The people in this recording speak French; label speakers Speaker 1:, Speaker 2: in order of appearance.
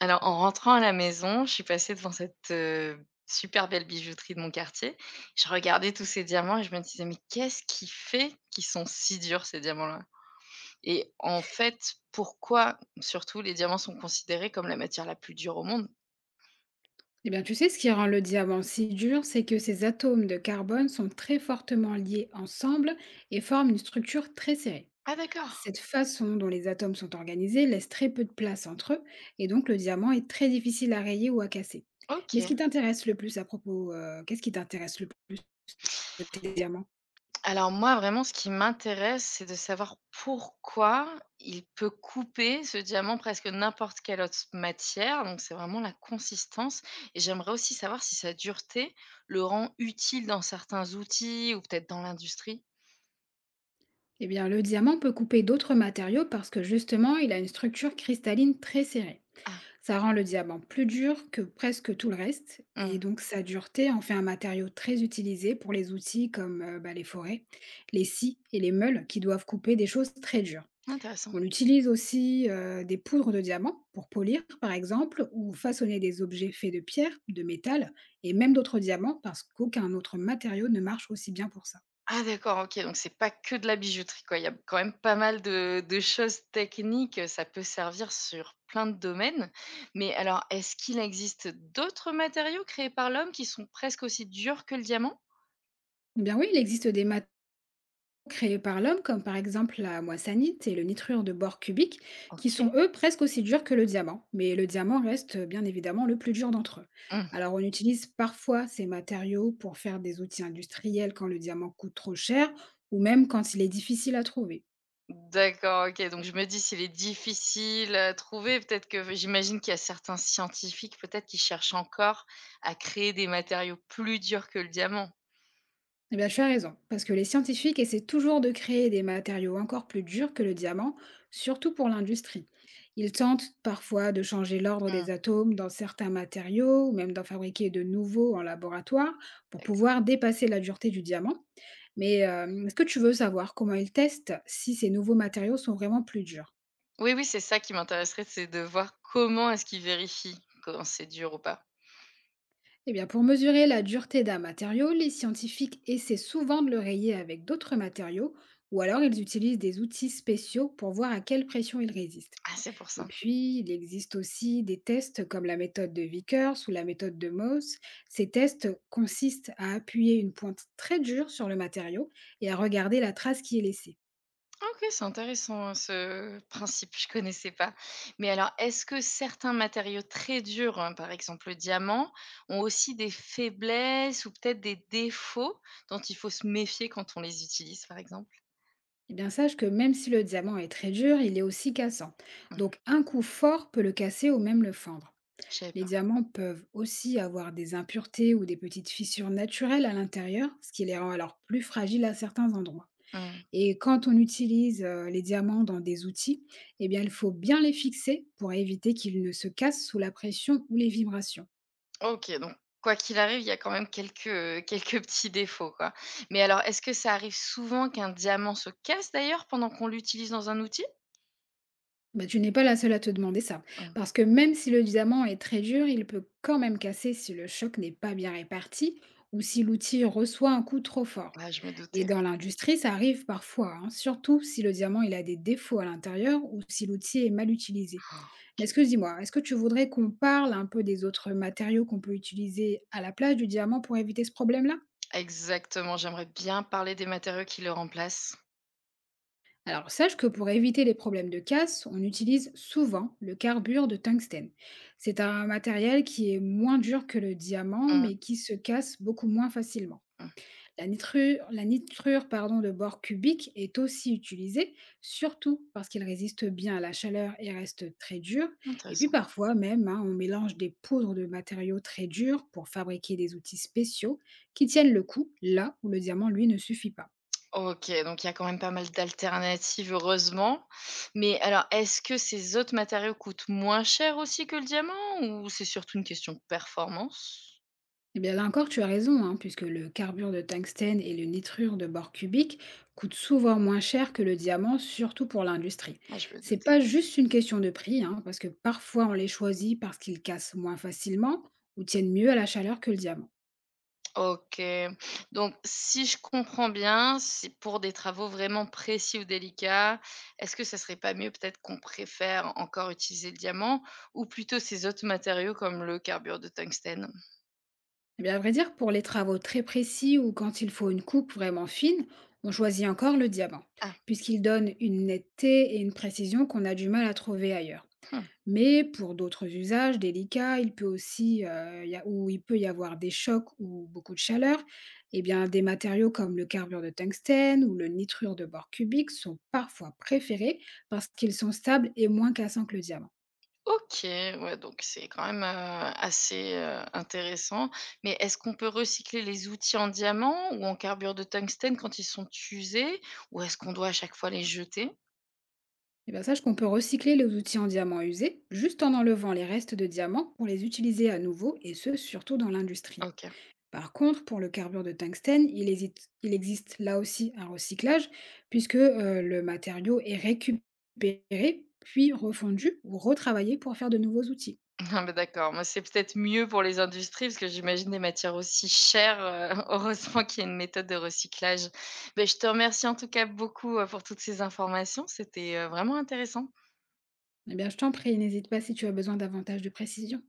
Speaker 1: Alors, en rentrant à la maison, je suis passée devant cette super belle bijouterie de mon quartier. Je regardais tous ces diamants et je me disais: «Mais qu'est-ce qui fait qu'ils sont si durs ces diamants-là?» et en fait, Pourquoi surtout les diamants sont considérés comme la matière la plus dure au monde?
Speaker 2: Eh bien, tu sais, ce qui rend le diamant si dur, c'est que ces atomes de carbone sont très fortement liés ensemble et forment une structure très serrée.
Speaker 1: Ah d'accord.
Speaker 2: Cette façon dont les atomes sont organisés laisse très peu de place entre eux, et donc le diamant est très difficile à rayer ou à casser. Mais ce
Speaker 1: OK.
Speaker 2: qui t'intéresse le plus à propos, qu'est-ce qui t'intéresse le plus côté des diamants?
Speaker 1: Alors moi, vraiment, ce qui m'intéresse, c'est de savoir pourquoi il peut couper ce diamant presque n'importe quelle autre matière. Donc c'est vraiment la consistance. Et j'aimerais aussi savoir si sa dureté le rend utile dans certains outils ou peut-être dans l'industrie.
Speaker 2: Eh bien, le diamant peut couper d'autres matériaux parce que justement, il a une structure cristalline très serrée.
Speaker 1: Ah,
Speaker 2: Ça rend le diamant plus dur que presque tout le reste, et
Speaker 1: mmh,
Speaker 2: donc sa dureté en fait un matériau très utilisé pour les outils comme bah, les forêts, les scies et les meules qui doivent couper des choses très dures.
Speaker 1: intéressant.
Speaker 2: On utilise aussi des poudres de diamant pour polir, par exemple, ou façonner des objets faits de pierre, de métal et même d'autres diamants parce qu'aucun autre matériau ne marche aussi bien pour ça.
Speaker 1: Ah d'accord, OK, donc c'est pas que de la bijouterie, quoi. Il y a quand même pas mal de choses techniques, ça peut servir sur plein de domaines. Mais alors, est-ce qu'il existe d'autres matériaux créés par l'homme qui sont presque aussi durs que le diamant?
Speaker 2: Eh bien oui, il existe des matériaux créés par l'homme, comme par exemple la moissanite et le nitrure de bore cubique, qui
Speaker 1: OK.
Speaker 2: sont eux presque aussi durs que le diamant. Mais le diamant reste bien évidemment le plus dur d'entre eux.
Speaker 1: Mmh.
Speaker 2: Alors on utilise parfois ces matériaux pour faire des outils industriels quand le diamant coûte trop cher ou même quand il est difficile à trouver.
Speaker 1: D'accord, OK, donc je me dis s'il est difficile à trouver, peut-être que j'imagine qu'il y a certains scientifiques, peut-être, qui cherchent encore à créer des matériaux plus durs que le diamant?
Speaker 2: Eh bien, tu as raison, parce que les scientifiques essaient toujours de créer des matériaux encore plus durs que le diamant, surtout pour l'industrie. Ils tentent parfois de changer l'ordre
Speaker 1: Mmh.
Speaker 2: des atomes dans certains matériaux, ou même d'en fabriquer de nouveaux en laboratoire, pour pouvoir dépasser la dureté du diamant. Mais est-ce que tu veux savoir comment ils testent si ces nouveaux matériaux sont vraiment plus durs?
Speaker 1: Oui, oui, c'est ça qui m'intéresserait, c'est de voir comment est-ce qu'ils vérifient quand c'est dur ou pas.
Speaker 2: Eh bien, pour mesurer la dureté d'un matériau, les scientifiques essaient souvent de le rayer avec d'autres matériaux, ou alors ils utilisent des outils spéciaux pour voir à quelle pression il résiste.
Speaker 1: Ah, c'est pour
Speaker 2: Et
Speaker 1: ça.
Speaker 2: puis, il existe aussi des tests comme la méthode de Vickers ou la méthode de Mohs. Ces tests consistent à appuyer une pointe très dure sur le matériau et à regarder la trace qui est laissée.
Speaker 1: Ah, OK, c'est intéressant, hein, ce principe, je connaissais pas. Mais alors, est-ce que certains matériaux très durs, hein, par exemple le diamant, ont aussi des faiblesses ou peut-être des défauts dont il faut se méfier quand on les utilise, par exemple?
Speaker 2: Eh bien, sache que même si le diamant est très dur, il est aussi cassant.
Speaker 1: Mmh,
Speaker 2: Donc, un coup fort peut le casser ou même le fendre.
Speaker 1: je savais
Speaker 2: Les
Speaker 1: pas.
Speaker 2: diamants peuvent aussi avoir des impuretés ou des petites fissures naturelles à l'intérieur, ce qui les rend alors plus fragiles à certains endroits.
Speaker 1: Mmh.
Speaker 2: Et quand on utilise les diamants dans des outils, eh bien, il faut bien les fixer pour éviter qu'ils ne se cassent sous la pression ou les vibrations.
Speaker 1: OK, donc quoi qu'il arrive, il y a quand même quelques petits défauts, quoi. Mais alors, est-ce que ça arrive souvent qu'un diamant se casse d'ailleurs pendant qu'on l'utilise dans un outil?
Speaker 2: Bah, tu n'es pas la seule à te demander ça,
Speaker 1: Mmh.
Speaker 2: parce que même si le diamant est très dur, il peut quand même casser si le choc n'est pas bien réparti ou si l'outil reçoit un coup trop fort.
Speaker 1: Ouais, je me
Speaker 2: Et
Speaker 1: doutais.
Speaker 2: dans l'industrie, ça arrive parfois, hein, surtout si le diamant il a des défauts à l'intérieur ou si l'outil est mal utilisé. Mais
Speaker 1: OK.
Speaker 2: excuse-moi, est-ce que tu voudrais qu'on parle un peu des autres matériaux qu'on peut utiliser à la place du diamant pour éviter ce problème-là?
Speaker 1: Exactement, j'aimerais bien parler des matériaux qui le remplacent.
Speaker 2: Alors, sache que pour éviter les problèmes de casse, on utilise souvent le carbure de tungstène. C'est un matériel qui est moins dur que le diamant,
Speaker 1: Mmh,
Speaker 2: mais qui se casse beaucoup moins facilement.
Speaker 1: mmh.
Speaker 2: La nitrure pardon, de bord cubique est aussi utilisée, surtout parce qu'il résiste bien à la chaleur et reste très dur. Et puis
Speaker 1: Intéressant.
Speaker 2: parfois même, hein, on mélange des poudres de matériaux très durs pour fabriquer des outils spéciaux qui tiennent le coup là où le diamant, lui, ne suffit pas.
Speaker 1: OK, donc il y a quand même pas mal d'alternatives, heureusement. Mais alors, est-ce que ces autres matériaux coûtent moins cher aussi que le diamant ou c'est surtout une question de performance?
Speaker 2: Eh bien là encore, tu as raison, hein, puisque le carbure de tungstène et le nitrure de bore cubique coûtent souvent moins cher que le diamant, surtout pour l'industrie.
Speaker 1: Ouais, je me
Speaker 2: C'est
Speaker 1: doutais.
Speaker 2: pas juste une question de prix, hein, parce que parfois on les choisit parce qu'ils cassent moins facilement ou tiennent mieux à la chaleur que le diamant.
Speaker 1: OK. Donc si je comprends bien, c'est pour des travaux vraiment précis ou délicats. Est-ce que ça serait pas mieux peut-être qu'on préfère encore utiliser le diamant ou plutôt ces autres matériaux comme le carbure de tungstène?
Speaker 2: Eh bien, à vrai dire, pour les travaux très précis ou quand il faut une coupe vraiment fine, on choisit encore le diamant,
Speaker 1: Ah,
Speaker 2: puisqu'il donne une netteté et une précision qu'on a du mal à trouver ailleurs.
Speaker 1: mmh.
Speaker 2: Mais pour d'autres usages délicats, il peut aussi, y a où il peut y avoir des chocs ou beaucoup de chaleur, eh bien, des matériaux comme le carbure de tungstène ou le nitrure de bore cubique sont parfois préférés parce qu'ils sont stables et moins cassants que le diamant.
Speaker 1: OK, ouais, donc c'est quand même, assez, intéressant. Mais est-ce qu'on peut recycler les outils en diamant ou en carbure de tungstène quand ils sont usés? Ou est-ce qu'on doit à chaque fois les jeter?
Speaker 2: Eh bien, sache qu'on peut recycler les outils en diamant usés juste en enlevant les restes de diamants pour les utiliser à nouveau et ce, surtout dans l'industrie.
Speaker 1: OK.
Speaker 2: Par contre, pour le carbure de tungstène, il existe là aussi un recyclage, puisque le matériau est récupéré, puis refondu ou retravaillé pour faire de nouveaux outils.
Speaker 1: Ah bah, d'accord, mais c'est peut-être mieux pour les industries parce que j'imagine des matières aussi chères, heureusement qu'il y a une méthode de recyclage. Beh, je te remercie en tout cas beaucoup, pour toutes ces informations, c'était, vraiment intéressant.
Speaker 2: Eh bien, je t'en prie, n'hésite pas si tu as besoin davantage de précision.